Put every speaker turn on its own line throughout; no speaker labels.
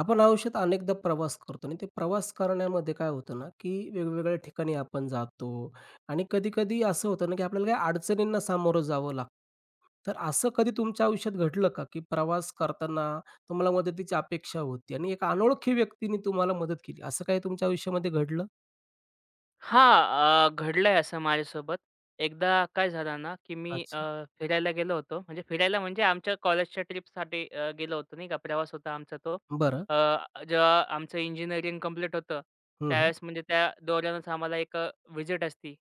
आपण आयुष्यात अनेकदा प्रवास करतो आणि ते प्रवास करण्यामध्ये काय होतं ना, की वेगवेगळ्या ठिकाणी आपण जातो आणि कधी-कधी असं होतं ना, की आपल्याला काही अडचणींना सामोरं जावं लागतं. तर असं कधी तुमच्या आयुष्यात घडलं का, की प्रवास करताना तुम्हाला मदतीची अपेक्षा होती आणि एक अनोळखी व्यक्तीने तुम्हाला मदत केली, असं काही तुमच्या आयुष्यामध्ये घडलं?
हां, घडलंय असं माझ्यासोबत. एकदा काय झालं ना, की मी
अच्छा.
फिरायला गेलो होतो. म्हणजे फिरायला म्हणजे आमच्या कॉलेजच्या ट्रिपसाठी गेलो होतो नाही का. प्रवास होता आमचा तो.
बरं.
जेव्हा आमचं इंजिनिअरिंग कंप्लीट होतं,
हं.
त्यावेळेस म्हणजे त्या दौऱ्यानच आम्हाला एक व्हिजिट असती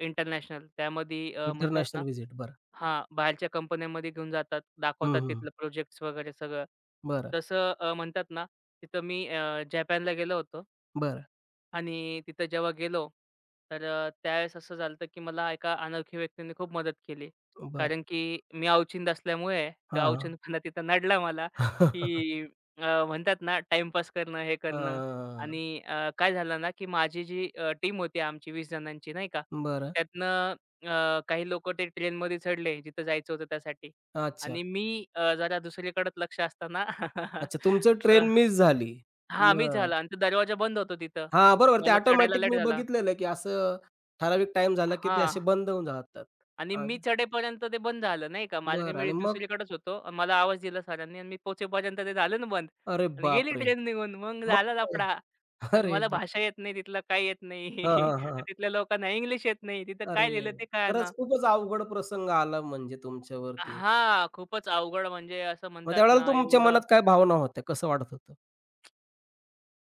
इंटरनॅशनल. त्यामध्ये अ, म्हणतात ना
इंटरनॅशनल व्हिजिट, बरं.
हां, बाहेरच्या कंपन्यांमध्ये घेऊन जातात,
हं,
दाखवतात
हं.
तिथलं प्रोजेक्ट्स वगैरे सगळं.
बरं,
तसं अ, म्हणतात ना, तिथं मी जपानला गेलो होतो.
बरं,
आणि तिथं जेव्हा गेलो, तर त्यावेळेस असं झालं की मला एका अनोळखी व्यक्तीने खूप मदत केली.
बरं.
कारण की मी अवचिंत असल्यामुळे तो
हां, हां.
अवचंतपणा तिथं नडला मला,
हां.
की म्हणतात ना टाईमपास करणं, हे करणं आणि काय झालं ना की माझी जी टीम होती आमची 20 जणांची नाही का,
बरं.
त्यातनं काही लोकं ते ट्रेनमध्ये चढले जिथं जायचं होतं त्यासाठी
अच्छा.
आणि मी जरा दुसरीकडे लक्ष असताना
अच्छा, तुमचं ट्रेन मिस झाली.
हां, मीच
बरं.
झाला आणि तो दरवाजा बंद होतो तिथं.
हां, बरोबर, ते
मला चढायला
ऑटोमॅटिक
लेट
मी
झाला.
बघितलेलं आहे, की असं ठराविक टाईम झाला, की ते
हां
असे बंद होऊन जातात.
आणि मी
आज,
चढेपर्यंत ते बंद झालं नाही का. मार्ग
बरं,
मी
आणि मग?
दुसरीकडेच होतो. अन् मला आवाज दिला सरांनी आणि मी पोहोचेपर्यंत ते झालं ना बंद
अरे
आणि गेली
बापरे!
ट्रेन निघून. मग
मग
झाला
काय?
लफडा आणि
अरे
मला
बाप,
भाषा येत नाही, तिथलं काही येत नाही.
हां, हां, हां.
तिथल्या लोकांना इंग्लिश येत नाही. तिथं
अरे!
काय लिहिलं ते कळेना.
खरंच खूपच अवघड प्रसंग आला म्हणजे तुमच्यावरती.
हां, खूपच अवघड म्हणजे असं
मग
म्हणतात
त्यावेळेला
ना
तुमच्या
एवढं
मनात काय भावना होत्या? कसं वाटत होतं?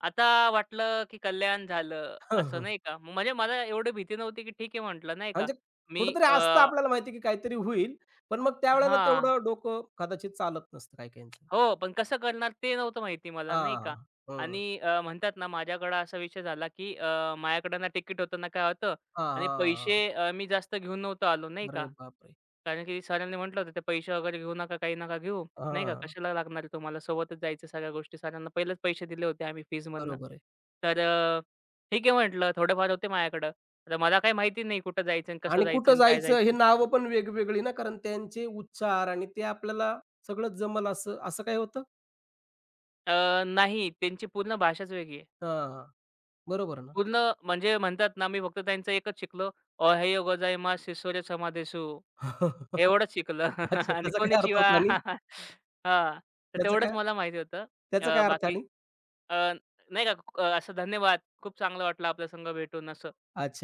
आता वाटलं, की कल्याण झालं
हं,
असं
हं.
नाही का. म्हणजे मला एवढी भीती नव्हती, की ठीक आहे म्हटलं नाही का.
म्हणजे
मी
कुठेतरी असतं आपल्याला माहिती की काहीतरी होईल, पण मग त्यावेळेला
हां.
तेवढं डोकं कदाचित चालत नसतं काही-काहींचं.
हो, पण कसं करणार ते नव्हतं माहिती मला नाही
हां,
का.
हां. हं.
आणि म्हणतात ना माझ्याकडं असा विषय झाला, की माझ्याकडं ना तिकीट होतं ना काय होतं
हां,
आणि
हां,
पैसे
हां.
अ, मी जास्त घेऊन नव्हतो आलो नाही का.
अरे बापरे!
कारण की सरांनी म्हटलं होतं, "ते पैसे वगैरे घेऊ नका, काही नका घेऊ." नाही का,
हां.
"कशाला लागणार आहे तुम्हाला? सोबतच जायचं सगळ्या गोष्टी." सरांना पहिलेच पैसे दिले होते आम्ही फीजमधनं.
बरोबर आहे.
तर अ, ठीक आहे म्हटलं, थोडेफार होते माझ्याकडं. तर मला काही माहिती नाही कुठं जायचं आणि कसं
आणि
जायचं
कुठं
आणि काय
जायचं हे
जायचं.
नावं पण वेगवेगळी ना, कारण त्यांचे उच्चार आणि ते आपल्याला सगळंच जमल असं असं काय होतं?
नाही त्यांची पूर्ण भाषाच वेगळी आहे.
हां, बरोबर ना.
पूर्ण म्हणजे म्हणतात ना, मी फक्त त्यांचं एकच शिकलो, "अहेयो गोजाइमास शिसोरे समादेशु."
अच्छा,
एवढंच शिकलो आणि
त्याचा
कोणी
काय अर्थ
चिवा
होता आणि
हां, तर
त्याचा
तेवढंच
काय?
मला माहिती होतं.
त्याचा
अ,
काय अर्थ
बाकी
आणि?
अ, नाही का असं धन्यवाद. खूप चांगलं वाटलं आपल्या संग भेटून असं.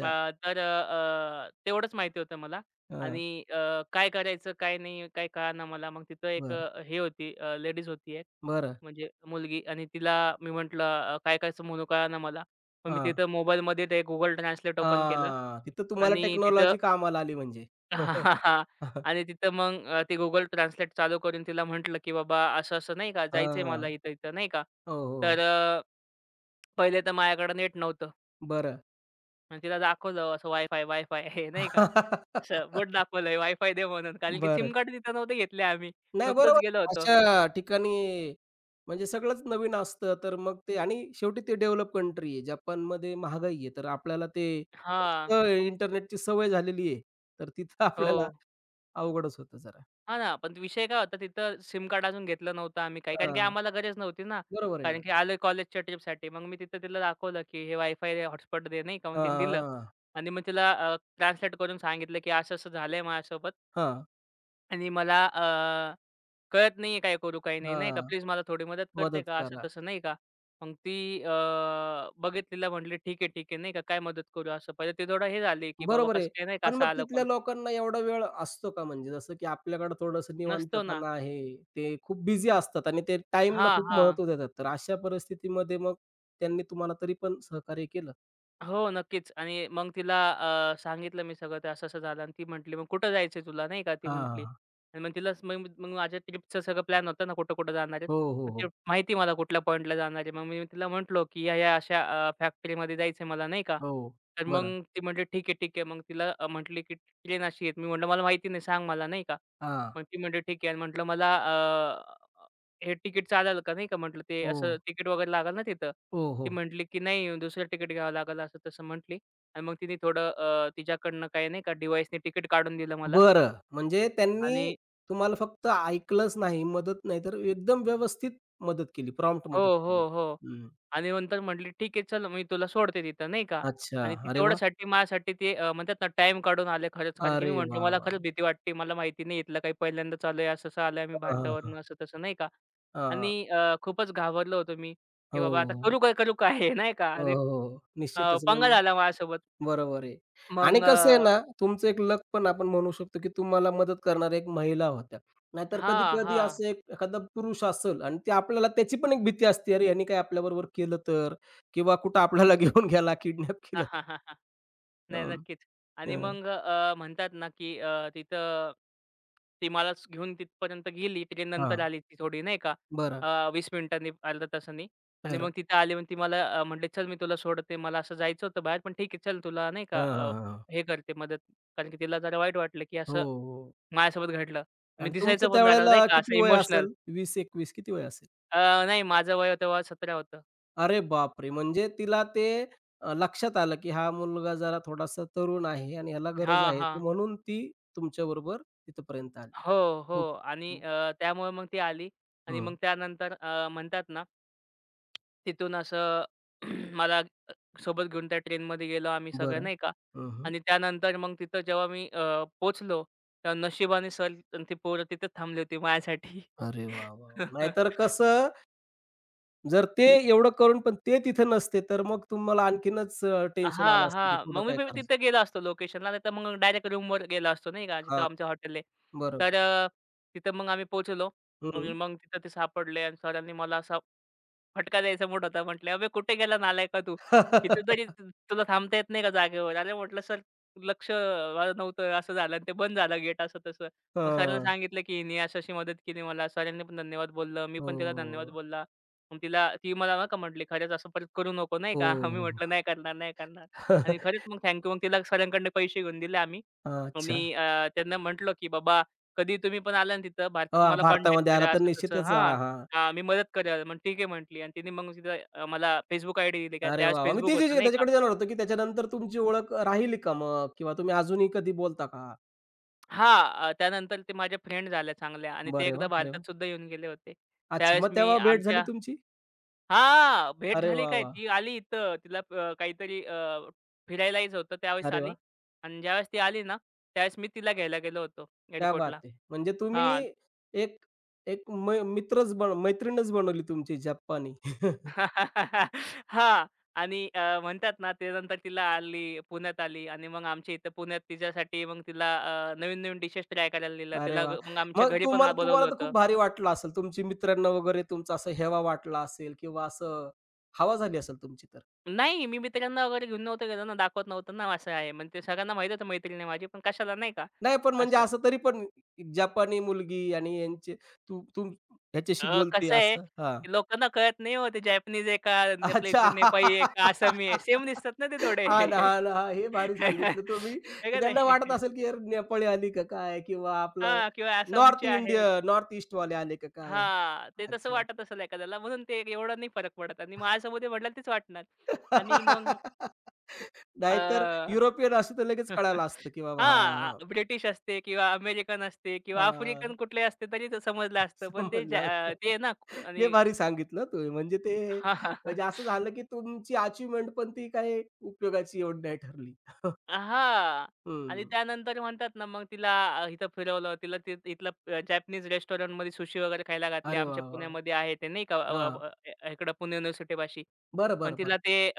तेवढंच माहिती होतं मला
हां,
आणि काय करायचं, काय नाही, काय कळेना मला. मग तिथं एक
बरं,
अ, हे होती लेडीज होती एक,
बरं.
म्हणजे मुलगी आणि तिला मी म्हटलं काय करायचं म्हणून कळेना मला. मग मी
हां,
तिथं मोबाईलमध्ये ते Google Translate ओपन केलं
हां. तिथं तुम्हाला
आणि तिथं
टेक्नॉलॉजी कामाला आली म्हणजे.
हां. आणि तिथं मग ते Google Translate चालू करून तिला म्हटलं, की "बाबा असं-असं नाही का जायचंय मला
हां,
इथं-इथं," नाही का.
हो, हो.
तर अ, पहिले तर माझ्याकडे नेट नव्हतं.
बरं.
आणि तिला दाखवलं असं वायफाय, वायफाय हे नाही का. असं बोट दाखवलंय वायफाय दे म्हणून कारण की सिम
बरं.
कार्ड तिथं नव्हते घेतले आम्ही.
नाही,
नुकतंच
बरोबर.
गेलो होतो.
अशा ठिकाणी म्हणजे सगळंच नवीन असतं, तर मग ते, आणि शेवटी ते डेव्हलप कंट्री आहे. जपानमध्ये महागाई आहे, तर आपल्याला ते
हां.
स्वस्त इंटरनेटची सवय झालेली आहे. तर तिथं
हो.
आपल्याला अवघडच होतं जरा.
हां ना, पण विषय काय होता तिथं सिम कार्ड अजून घेतलं नव्हतं आम्ही काही. कारण की
हां,
आम्हाला गरज नव्हती ना.
बरोबर आहे
कारण
ना.
की आलोय कॉलेजच्या ट्रिपसाठी. मग मी तिथं तिला दाखवलं, की हे वायफाय हॉटस्पॉट दे नाही का, म्हणून
हां,
तिने दिलं.
हां, हां.
आणि मग तिला ट्रान्सलेट करून सांगितलं, की असं-असं झालंय माझ्यासोबत
हां,
आणि मला कळत नाहीये काय करू, काय नाही, नाही का. प्लीज मला थोडी मदत करते
मदत
का?
करा.
असं-तसं नाही का. मग ती अ, बघितलेलं म्हटली, "ठीक आहे, ठीक आहे." नाही का, "काय मदत करू?" असं. पहिले ती थोडं हे झाली, की बाबा
बरोबर
कसं
आहे.
काय नाही का,
पण
असं
मग
आलं
तिथल्या
कोण.
लोकांना एवढा वेळ असतो का? म्हणजे जसं की आपल्याकडे थोडंसं
नसतो ना.
निवांतपणा आहे. ते खूप बिझी असतात आणि ते टाईमला
हां,
खूप
हां.
महत्त्व देतात. तर अशा परिस्थितीमध्ये मग त्यांनी तुम्हाला तरी पण सहकार्य केलं?
हो, नक्कीच. आणि मग तिला सांगितलं मी सगळं ते असं-असं झालं आणि ती म्हटली, "मग कुठं जायचंय तुला?" नाही का ती
हां, हां,
म्हटली.
हां.
आणि मग तिलाच मग मग माझ्या ट्रिपचं सगळं प्लॅन होतं ना, कुठं-कुठं जाणार आहेत.
हो, हो,
मग ते
हो.
माहिती मला कुठल्या पॉइंटला जाणार आहे. मग मी तिला म्हटलो, की "ह्या-ह्या अशा फॅक्टरीमध्ये जायचंय मला," नाही का.
हो.
तर मग
बरं.
ती म्हटली, "ठीक आहे, ठीक आहे." मग तिला म्हटली, की "ट्रेन अशी आहे." मी म्हटलं, "मला माहिती नाही, सांग मला," नाही का.
हां.
मग ती म्हटली, "ठीक आहे." आणि म्हटलं, "मला हे तिकीट चालेल का?" नाही का म्हटलं, "ते
हो.
असं तिकीट वगैरे लागेल ना तिथं?"
हो,
ती
हो.
म्हटली, की "नाही दुसरं तिकीट घ्यावं लागेल," असं-तसं म्हटली आणि मग तिने थोडं तिच्याकडनं काही नाही का डिव्हाइसने तिकीट काढून दिलं मला
बरं. म्हणजे
आणि
त्यांनी तुम्हाला फक्त ऐकलंच नाही, मदत नाही, तर एकदम व्यवस्थित मदत केली, प्रॉम्प्ट
हो,
मदत केली.
हो, हो
हं.
आणि नंतर म्हटली, "ठीक आहे, चल मी तुला सोडते तिथं," नाही का
अच्छा.
आणि ती
अरे वाह!
तेवढ्यासाठी माझ्यासाठी म्हणतात ना टाईम काढून आले खरंच. कारण की मी
अरे
म्हटलं,
वाह,
"मला
वाह!
खरंच भीती वाटते. मला माहिती नाही इथलं काही पहिल्यांदाच आलोय. असं-असं आलोय आम्ही
हां, हां, हां.
भारतावरून," असं-तसं नाही का
हां.
आणि खूपच घाबरलो होतो मी, की बाबा आता
हो.
करू काय, करू काय? नाही का
हो,
आणि
हो, हो. निश्चितच
पंगा
म्हणजे
झाला माझ्यासोबत.
बरोबर आहे.
मग
आणि
अ
कसं आहे ना, तुमचं एक लक पण आपण म्हणू शकतो, की तुम्हाला मदत करणाऱ्या एक महिला होत्या. नाहीतर
हां,
कधी-कधी
हां.
असं एक एखादा पुरुष असेल आणि ते आपल्याला त्याची पण एक भीती असते, अरे ह्यानी काय आपल्याबरोबर केलं तर? किंवा कुठं आपल्याला घेऊन गेला, किडनॅप केलं तर?
नाही,
अम,
नक्कीच.
अं,
आणि
अ,
मग अ, म्हणतात ना, की अ, तिथं ती मला घेऊन तिथपर्यंत गेली. ट्रेन नंतर आली ती थोडी नाही का
बरं,
अ, 20 मिनिटांनी, अर्ध्या तासांनी आणि मग
बरं.
तिथं आली. मग ती मला म्हटली, "चल, मी तुला सोडते. मला असं जायचं होतं बाहेर, पण ठीक आहे, चल तुला नाही का
हां, हां, हां.
हे करते मदत." कारण की तिला जरा वाईट वाटलं, की
हो,
असं
हो. हो.
माझ्यासोबत घडलं. मी
आणि तुमचं
दिसायचं पण जरा नाही
त्यावेळेला
का असं
किती वय
इमोशनल.
असेल? 20-21 किती वय असेल?
नाही, माझं वय तेव्हा 17 होतं.
अरे बापरे! म्हणजे तिला ते लक्षात आलं, की हा मुलगा जरा थोडासा तरुण आहे आणि ह्याला गरज
हां,
आहे. तर
हां.
म्हणून ती तुमच्याबरोबर तिथपर्यंत आली.
हो, हो.
खूप
आणि
खूप,
त्यामुळे मग ती आली आणि
हं,
मग त्यानंतर म्हणतात ना तिथून असं मला सोबत घेऊन त्या ट्रेनमध्ये गेलो आम्ही सगळे
बरं.
नाही का
हं, हं.
आणि त्यानंतर मग तिथं जेव्हा मी पोहोचलो, तेव्हा नशिबाने सर आणि ती पोरं तिथेच थांबली होती माझ्यासाठी.
अरे वाह, वाह, वाह! नाहीतर कसं, जर ते एवढं करून पण ते तिथे नसते, तर मग तुम्हाला आणखीनच टेन्शन आलं
हां,
असतं, की
हां.
पुढं
मग मी
काय
पण
करायचं?
तिथे गेलो असतो लोकेशनला, नाहीतर मग डायरेक्ट रूमवर गेलो असतो नाही का, जिथं
हां,
आमचं हॉटेल आहे.
बरोबर.
तर अ, तिथं मग आम्ही पोहोचलो आणि
हं.
मग तिथं ते सापडले आणि सरांनी मला असा फटका द्यायचा मूड होता. म्हटले, "अबे कुठे गेला नालायका तू? कितीतरी तुला थांबता येत नाही का जागेवर?" अरे म्हटलं, "सर लक्ष माझं नव्हतं, असं झालं आणि ते बंद झालं गेट असं-तसं." मग सरांना
हां.
सांगितलं, की हिने अशी-अशी मदत केली मला. सरांनी पण धन्यवाद बोललं. मी पण तिला धन्यवाद
हो,
बोलला. मग तिला ती मला नाही का म्हटली, "खरंच असं परत करू नको नाही
हो,
का?" मी
हो.
म्हटलं, "नाही करणार, नाही करणार." आणि खरंच मग तिला सरांकडनं पैसे घेऊन दिले आम्ही.
अच्छा.
आणि त्यांना म्हटलं, की "बाबा, कधी तुम्ही पण आला ना तिथं भारतात
हां,
मला कॉन्टॅक्ट
भारतामध्ये आला
करा."
तर
असं-तसं.
निश्चितच,
हां.
हां, हां.
हां, मी मदत करेल. मग ठीक आहे म्हटली आणि तिने मग तिथं मला Facebook आयडी दिली का
अरे
त्यावेळेस
वाह! वाह! मी
Facebook
तेच
होतं
विचार
नाही का?
त्याच्याकडे जाणार होतो, की त्याच्यानंतर तुमची ओळख राहिली का मग? किंवा तुम्ही अजूनही कधी बोलता का?
हां, त्यानंतर ते माझ्या फ्रेंड झाल्या चांगल्या आणि ते
बरे
एकदा
वाह! अरे वाह!
भारतात सुद्धा येऊन गेले होते.
अच्छा,
त्यावेळेस
मग
मी
तेव्हा भेट झाली
आमच्या
तुमची?
हां, भेट
अरे
झाली
वाह!
काय
वाह!
ती आली इथं तिला काहीतरी फिरायला यायचं होतं त्यावेळेस
अरे
आली
वाह!
आणि ज्यावेळेस ती आली ना, त्यावेळेस मी तिला घ्यायला गेलो होतो
क्या
एअरपोर्टला.
बात है! म्हणजे तुम्ही
हां.
एक एक मै मित्रच बन मैत्रीणच बनवली तुमची जपानी.
हां. आणि म्हणतात ना, त्यानंतर तिला आली पुण्यात आली आणि मग आमच्या इथं पुण्यात तिच्यासाठी मग तिला नवीन-नवीन डिशेस ट्राय करायला दिल्या.
अरे
तिला
वाह!
ग मग आमच्या
मग
घरी पण
तुम्हाला
बोलावलं
तुम्हाला तर
होतं.
खूप भारी वाटलं असेल. तुमची मित्रांना वगैरे तुमचा असं हेवा वाटला असेल किंवा असं हवा झाली असेल तुमची तर?
नाही, मी मित्रांना वगैरे घेऊन नव्हतं गेलो ना, दाखवत नव्हतं ना, असं आहे. म्हणजे ते सगळ्यांना माहीत होतं मैत्रीण आहे माझी, पण कशाला नाही का
नाही, पण म्हणजे
असं.
असं तरी पण जपानी मुलगी आणि यांचे तू तू ह्याच्याशी बोलते
कसं आहे,
असं? हां.
की लोकांना कळत नाही हो, ते जॅपनीज आहे का आपल्या इथले
अच्छा.
नेपाळी आहे का आसामी आहे. सेम दिसतात ना ते थोडे.
हां ना, हां ना. हा, हे भारी सांगितलं तुम्ही.
आहे
की
का
त्यांना
नाही?
वाटत असेल की यार नेपाळी आली का काय किंवा आपलं
हां, किंवा
नॉर्थ
आसामचे आहेत.
इंडियन, नॉर्थ ईस्टवाले आले का काय?
हां, ते तसं
अच्छा, अच्छा.
वाटत असेल एखाद्याला म्हणून ते एवढा नाही फरक पडत आणि माझ्यासोबत वडिलांना तेच वाटणार आणि मग
नाहीतर
अ,
युरोपियन असते तर लगेच
हां,
कळालं असतं की बाबा, हां, हां.
ब्रिटिश असते किंवा अमेरिकन असते किंवा आफ्रिकन कुठले असते तरी ते समजलं असतं. पण ते ज्या
समजलं असतं.
अ, ते ना
लय
आणि
भारी सांगितलं तुम्ही. म्हणजे ते,
हां, हां, हां.
म्हणजे असं झालं, की तुमची अचिव्हमेंट पण ती काही उपयोगाची एवढी नाही ठरली.
हां. आणि
हं.
त्यानंतर म्हणतात ना मग तिला इथं फिरवलं. तिला ते इथलं जॅपनीज रेस्टॉरंटमध्ये सुशी वगैरे खायला घातली.
अरे
आमच्या
वाह, वाह, वाह!
पुण्यामध्ये आहे ते नाही का अ,
हां.
अ, अ, इकडं पुणे युनिव्हर्सिटी पाशी.
बरं,
पण
बरं, बरं.
तिला ते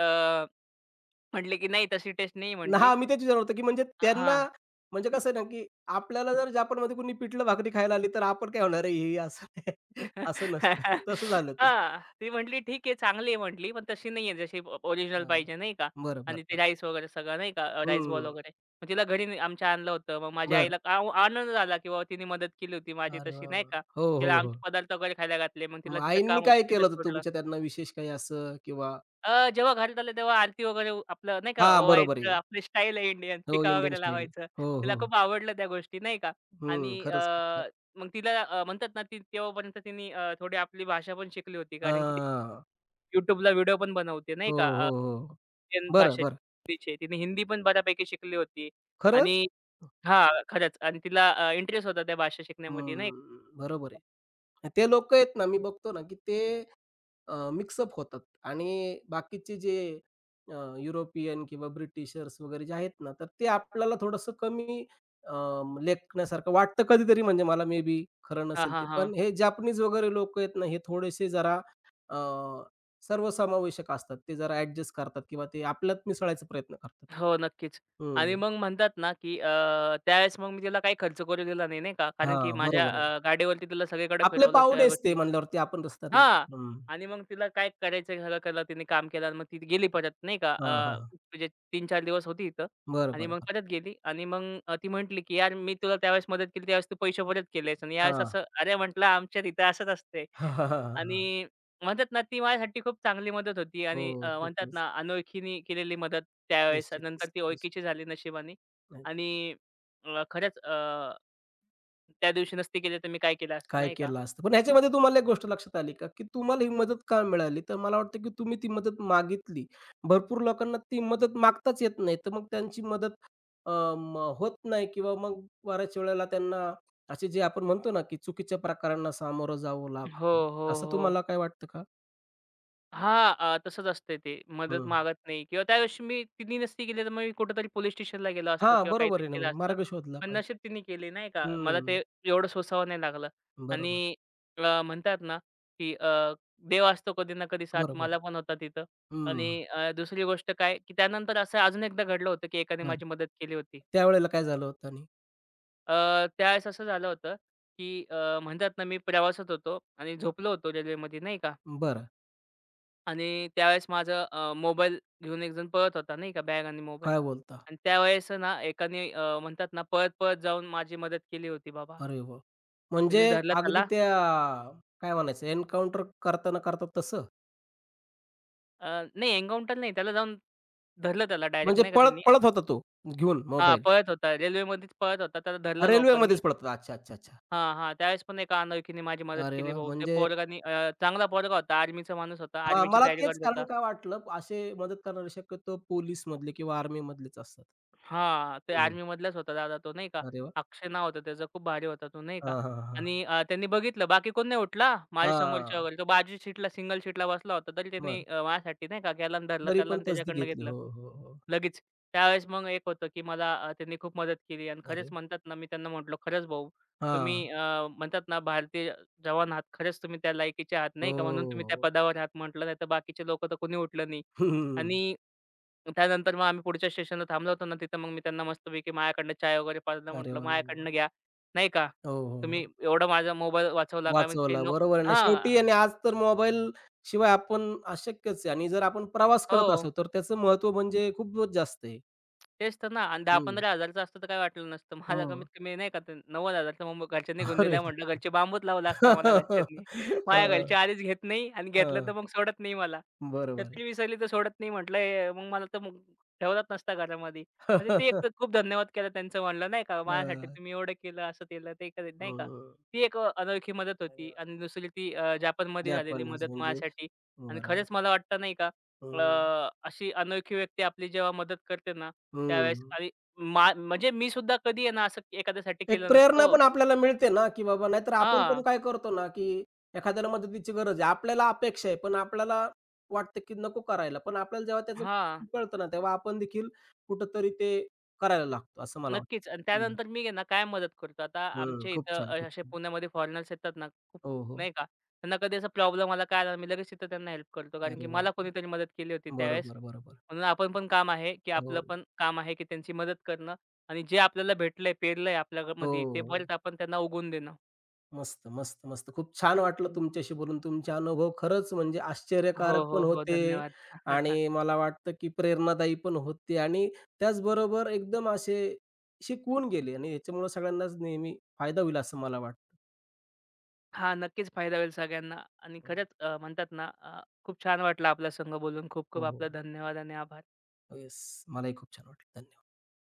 म्हटली की "नाही तशी टेस्ट नाही" म्हटली.
हां, मी तेच विचारलं होतं, की म्हणजे त्यांना,
हां.
म्हणजे कसं आहे ना, की आपल्याला जर जपानमध्ये कोणी पिठलं भाकरी खायला आली, तर आपण काय होणार आहे, हे असं असं नसतं.
हां.
तसं झालं ते.
ती म्हटली "ठीक आहे, चांगली आहे" म्हटली, "पण तशी नाही आहे जशी ओरिजिनल
हां.
पाहिजे" नाही का.
बरं, बरं,
आणि ते
बरं.
राईस वगैरे सगळं नाही का राईस बॉल
हं.
वगैरे. मग तिला घरी आमच्या आणलं होतं. मग माझ्या
बरं.
आईला आनंद झाला की बाबा तिने मदत केली होती माझी
अरे
तशी
वाह,
नाही
वाह!
का.
हो, हो,
तिला
हो.
आमचे पदार्थ वगैरे खायला घातले. मग तिला
मग
जिथं
आईंनी
काम
काय
होतं तिथं
केलं होतं
सोडलं.
तुमच्या, त्यांना विशेष काही असं किंवा?
जेव्हा घरात आलं तेव्हा आरती वगैरे आपलं नाही का
हां, बरोबर
ओवायचं,
आहे.
आपली स्टाईल आहे इंडियन,
हो,
टिका
इंडियन
वगैरे
स्टाईल.
लावायचं.
हो,
तिला
हो.
खूप आवडलं त्या गोष्टी नाही का आणि
हं,
अ,
खरंच खूप छान.
मग तिला अ, म्हणतात ना, ती तेव्हापर्यंत तिने थोडी आपली भाषा पण शिकली होती. कारण की ती
हां.
YouTubeला व्हिडिओ पण बनवते नाही
हो,
का
हो, हो.
इंडियन
बरं, बरं.
भाषेचे. तिने हिंदी पण बऱ्यापैकी शिकली होती
खरंच?
आणि हां, खरंच आणि तिला इंटरेस्ट होता त्या भाषा शिकण्यामध्ये नाही
हं, बरोबर आहे. ते लोकं आहेत ना, मी बघतो ना, की ते मिक्सअप होतात आणि बाकीचे जे अ, युरोपियन किंवा ब्रिटिशर्स वगैरे जे आहेत ना, तर ते आपल्याला थोडंसं कमी लेखण्यासारखं वाटतं कधीतरी, म्हणजे मला मे बी खरं
हां,
नसेल
हां,
ते.
हां.
पण हे जॅपनीज वगैरे लोकं आहेत ना, हे थोडेसे जरा अ, सर्वसमावेशक असतात. ते जरा ॲडजस्ट करतात किंवा ते आपल्यात मिसळायचा प्रयत्न करतात.
हो, नक्कीच. आणि
हं.
मग म्हणतात ना, की त्यावेळेस मग मी तिला काही खर्च करू दिला नाही, नाही का. कारण की
हां,
माझ्या
बरोबर आहे.
अ, गाडीवरती तिला सगळीकडे
आपले
फिरवलं सगळ्या
पाहुणेच ते
गोष्टी
म्हणल्यावरती आपण रस्त्यानं.
हां.
हं.
आणि मग तिला काय करायचं सगळं केलं तिने काम केलं आणि मग ती गेली परत नाही का.
हां, हां, हां.
म्हणजे 3-4 दिवस होती इथं
बरं,
आणि
बरं,
मग
बरं.
परत गेली. आणि मग ती म्हटली, की "यार मी तुला त्यावेळेस मदत केली, त्यावेळेस तू पैसे परत केलेस आणि यावेळेस
हां.
असं." अरे म्हटलं, "आमच्यात इथं असंच असते."
हां, हां, हां, हां.
आणि म्हणतात ना, ती माझ्यासाठी खूप चांगली मदत होती
हो,
आणि म्हणतात
खूपच.
ना, अनोळखीने केलेली मदत त्यावेळेस आणि नंतर
निश्चितच,
ती
निश्चित.
ओळखीची झाली नशिबाने.
नाही,
आणि खरंच, त्या दिवशी नसती केली तर मी काय केलं असतं
काय
नाही का?
केलं असतं. पण ह्याच्यामध्ये तुम्हाला एक गोष्ट लक्षात आली का, की तुम्हाला ही मदत का मिळाली? तर मला वाटतं, की तुम्ही ती मदत मागितली. भरपूर लोकांना ती मदत मागताच येत नाही. तर मग त्यांची मदत अ, होत नाही किंवा मग बऱ्याच वेळेला त्यांना असे जे आपण म्हणतो ना, की चुकीच्या प्रकारांना सामोरं जावं
हो,
लागतं.
हो,
असं
हो.
तुम्हाला काय वाटतं का?
हां, तसंच असतंय ते. मदत
हं.
मागत नाही किंवा त्यावेळेस मी तिनी नसती केली, तर मग मी कुठेतरी पोलीस स्टेशनला गेलो असतो
हां,
किंवा
बरोबर
काहीतरी
आहे ना.
केलं
म्हणजे
असतं.
मार्ग शोधला
पण
पाहिजे.
नशीब तिनी केली नाही का. मला
हं.
ते एवढं सोसावं नाही लागलं.
बरोबर,
आणि म्हणतात ना, की देव असतो कधी ना कधी साथ,
बरोबर.
मला पण होता तिथं.
हं.
आणि दुसरी गोष्ट काय, की त्यानंतर असं अजून एकदा घडलं होतं, की एकाने
बरं.
माझी मदत केली होती.
त्यावेळेला काय झालं होतं आणि?
अ, त्यावेळेस असं झालं होतं, की म्हणतात ना, मी प्रवासात होतो आणि झोपलो होतो रेल्वेमध्ये नाही का.
बरं.
आणि त्यावेळेस माझं मोबाईल घेऊन एकजण पळत होता नाही का, बॅग आणि मोबाईल.
काय बोलता?
आणि त्यावेळेस आहे ना एकाने म्हणतात ना पळत-पळत जाऊन माझी मदत केली होती बाबा.
अरे वाह! म्हणजे
त्यांनी धरलं
अगदी
त्याला.
त्या काय म्हणायचं, एन्काउंटर करता न करता तसं?
अ, नाही, एन्काउंटर नाही, त्याला जाऊन धरलं त्याला डायरेक्ट
म्हणजे
नाही का
पळत
त्यांनी.
पळत होता तो घेऊन
हां,
मोबाईल?
पळत होता. रेल्वेमध्येच पळत होता. त्याला धरलं लोकांनी.
रेल्वेमध्येच पळत होता. अच्छा, अच्छा, अच्छा.
हां, हां. त्यावेळेस पण एका अनोळखीने माझी मदत
अरे
केली
वाह!
भाऊ. त्या
म्हणजे
पोरगानी, चांगला पोरगा होता. आर्मीचा माणूस होता.
हां,
आर्मीची
मला
तयारी
तेच
करत
कारण
होता.
का वाटलं, असे मदत करणारे शक्यतो पोलिसमधले किंवा आर्मीमधलेच असतात.
हां, ते
हं.
आर्मीमधलाच होता दादा तो नाही का.
अरे वाह!
अक्षय नाव होतं त्याचं. खूप भारी होता तो नाही का.
हां, हां, हां.
आणि त्यांनी बघितलं बाकी कोण नाही उठला. माझ्या समोरच्या
हां.
वगैरे. तो बाजू सीटला सिंगल सीटला बसला होता, तरी त्यांनी
बरं.
माझ्यासाठी नाही का गॅलन धरला
तरी
त्याला
पण
आणि
तसदी
त्याच्याकडनं
घेतली.
घेतलं.
हो, हो, हो.
लगेच. त्यावेळेस मग एक होतं, की मला त्यांनी खूप मदत केली आणि खरंच
अरे
म्हणतात ना, मी त्यांना म्हटलो, "खरंच भाऊ, तुम्ही
हां.
म्हणतात ना, भारतीय जवान आहात. खरंच तुम्ही त्या लायकीचे आहात,
हो,
नाही का. म्हणून तुम्ही त्या
हो.
पदावर आहात." म्हटलं, "नाहीतर बाकीचे लोकं तर कोणी उठलं नाही."
हो.
आणि त्यानंतर मग आम्ही पुढच्या स्टेशनला थांबलो होतो ना, तिथं मग मी त्यांना मस्तपैकी माझ्याकडनं चाय वगैरे पाजलं.
अरे
म्हटलं,
वाह, वाह, वाह!
"माझ्याकडनं घ्या, नाही का.
हो, हो, हो.
तुम्ही एवढा माझा मोबाईल वाचवला का?" मी ते
वाचवला.
न
बरोबर आहे ना. शेवटी
हां.
आणि आज तर मोबाईल शिवाय आपण अशक्यच आहे आणि जर आपण प्रवास
हो.
करत असू, तर त्याचं महत्त्व म्हणजे खूपच जास्त आहे.
तेच तर ना. आणि
हं.
10,000-15,000चं असतं तर काय वाटलं नसतं.
हो.
माझा कमीत कमी नाही का ते 90,000चा, मग घरच्यांनी घेऊन दिला
अरे!
म्हटलं, घरचे बांबूच लावला असता मला घरच्यांनी. माझ्या घरचे
हां,
आधीच घेत नाही आणि घेतलं तर
हां.
मग सोडत नाही मला.
बरोबर आहे.
छत्री विसरली तर सोडत नाही म्हटलं मग मला, तर मग ठेवलाच नसता घरामध्ये. म्हणजे ते एक तर खूप धन्यवाद केला त्यांचं, म्हणलं नाही का, माझ्यासाठी
हां.
तुम्ही एवढं केलं, असं केलं, ते केलं, नाही का.
हं.
ती एक अनोळखी मदत
अरे
होती
वाह!
आणि दुसरी ती जापानमध्ये झालेली
जपानीज
मदत
म्हणजे
माझ्यासाठी. आणि
बरोबर.
खरंच मला वाटतं नाही का,
हं.
अशी अनोळखी व्यक्ती आपली जेव्हा मदत करते ना, त्यावेळेस.
हं.
आणि म्हणजे मी सुद्धा कधी आहे ना, असं एखाद्यासाठी
एक
केलं
प्रेरणा
नसतं.
पण आपल्याला मिळते ना, की बाबा नाहीतर आपण पण
हां,
काय करतो ना, की एखाद्याला मदतीची गरज आहे. आपल्याला अपेक्षा आहे, पण आपल्याला वाटतं, की नको करायला. पण आपल्याला जेव्हा त्याचं
हां.
कळतं ना, तेव्हा आपण देखील कुठेतरी ते करायला लागतो, असं मला
नक्कीच. आणि
वाटतं. हं,
त्यानंतर मी आहे ना, काय मदत करतो. आता
हं.
आमच्या
खूप
इथं
छान, खूप
असे
छान.
पुण्यामध्ये फॉरेनर्स येतात ना, खूप
हो, हो.
नाही का, त्यांना कधी असा प्रॉब्लेम आला, काय आला, मी लगेच तिथं त्यांना हेल्प करतो. कारण की
अरे वाह!
मला
वाह!
कोणीतरी मदत केली होती त्यावेळेस.
बरोबर, बरोबर.
म्हणून आपण पण काम आहे, की
हो,
आपलं
हो.
पण काम आहे, की त्यांची मदत करणं. आणि जे आपल्याला भेटलंय, पेरलंय आपल्यामध्ये, ते
हो.
परत आपण त्यांना उगवून देणं.
मस्त, मस्त, मस्त. खूप छान वाटलं तुमच्याशी बोलून. तुमचे अनुभव खरंच म्हणजे
हो,
आश्चर्यकारक
हो,
पण
हो.
होते
धन्यवाद.
आणि मला वाटतं, की प्रेरणादायी पण होते आणि त्याचबरोबर एकदम असे शिकवून गेले आणि याच्यामुळं सगळ्यांनाच नेहमी फायदा होईल असं मला वाटतं.
हां, नक्कीच फायदा होईल सगळ्यांना. आणि खरंच म्हणतात ना, खूप छान वाटलं आपल्या संग बोलून. खूप
हो,
खूप
हो.
आपला धन्यवाद आणि आभार.
हो, येस. मलाही खूप छान वाटलं. धन्यवाद.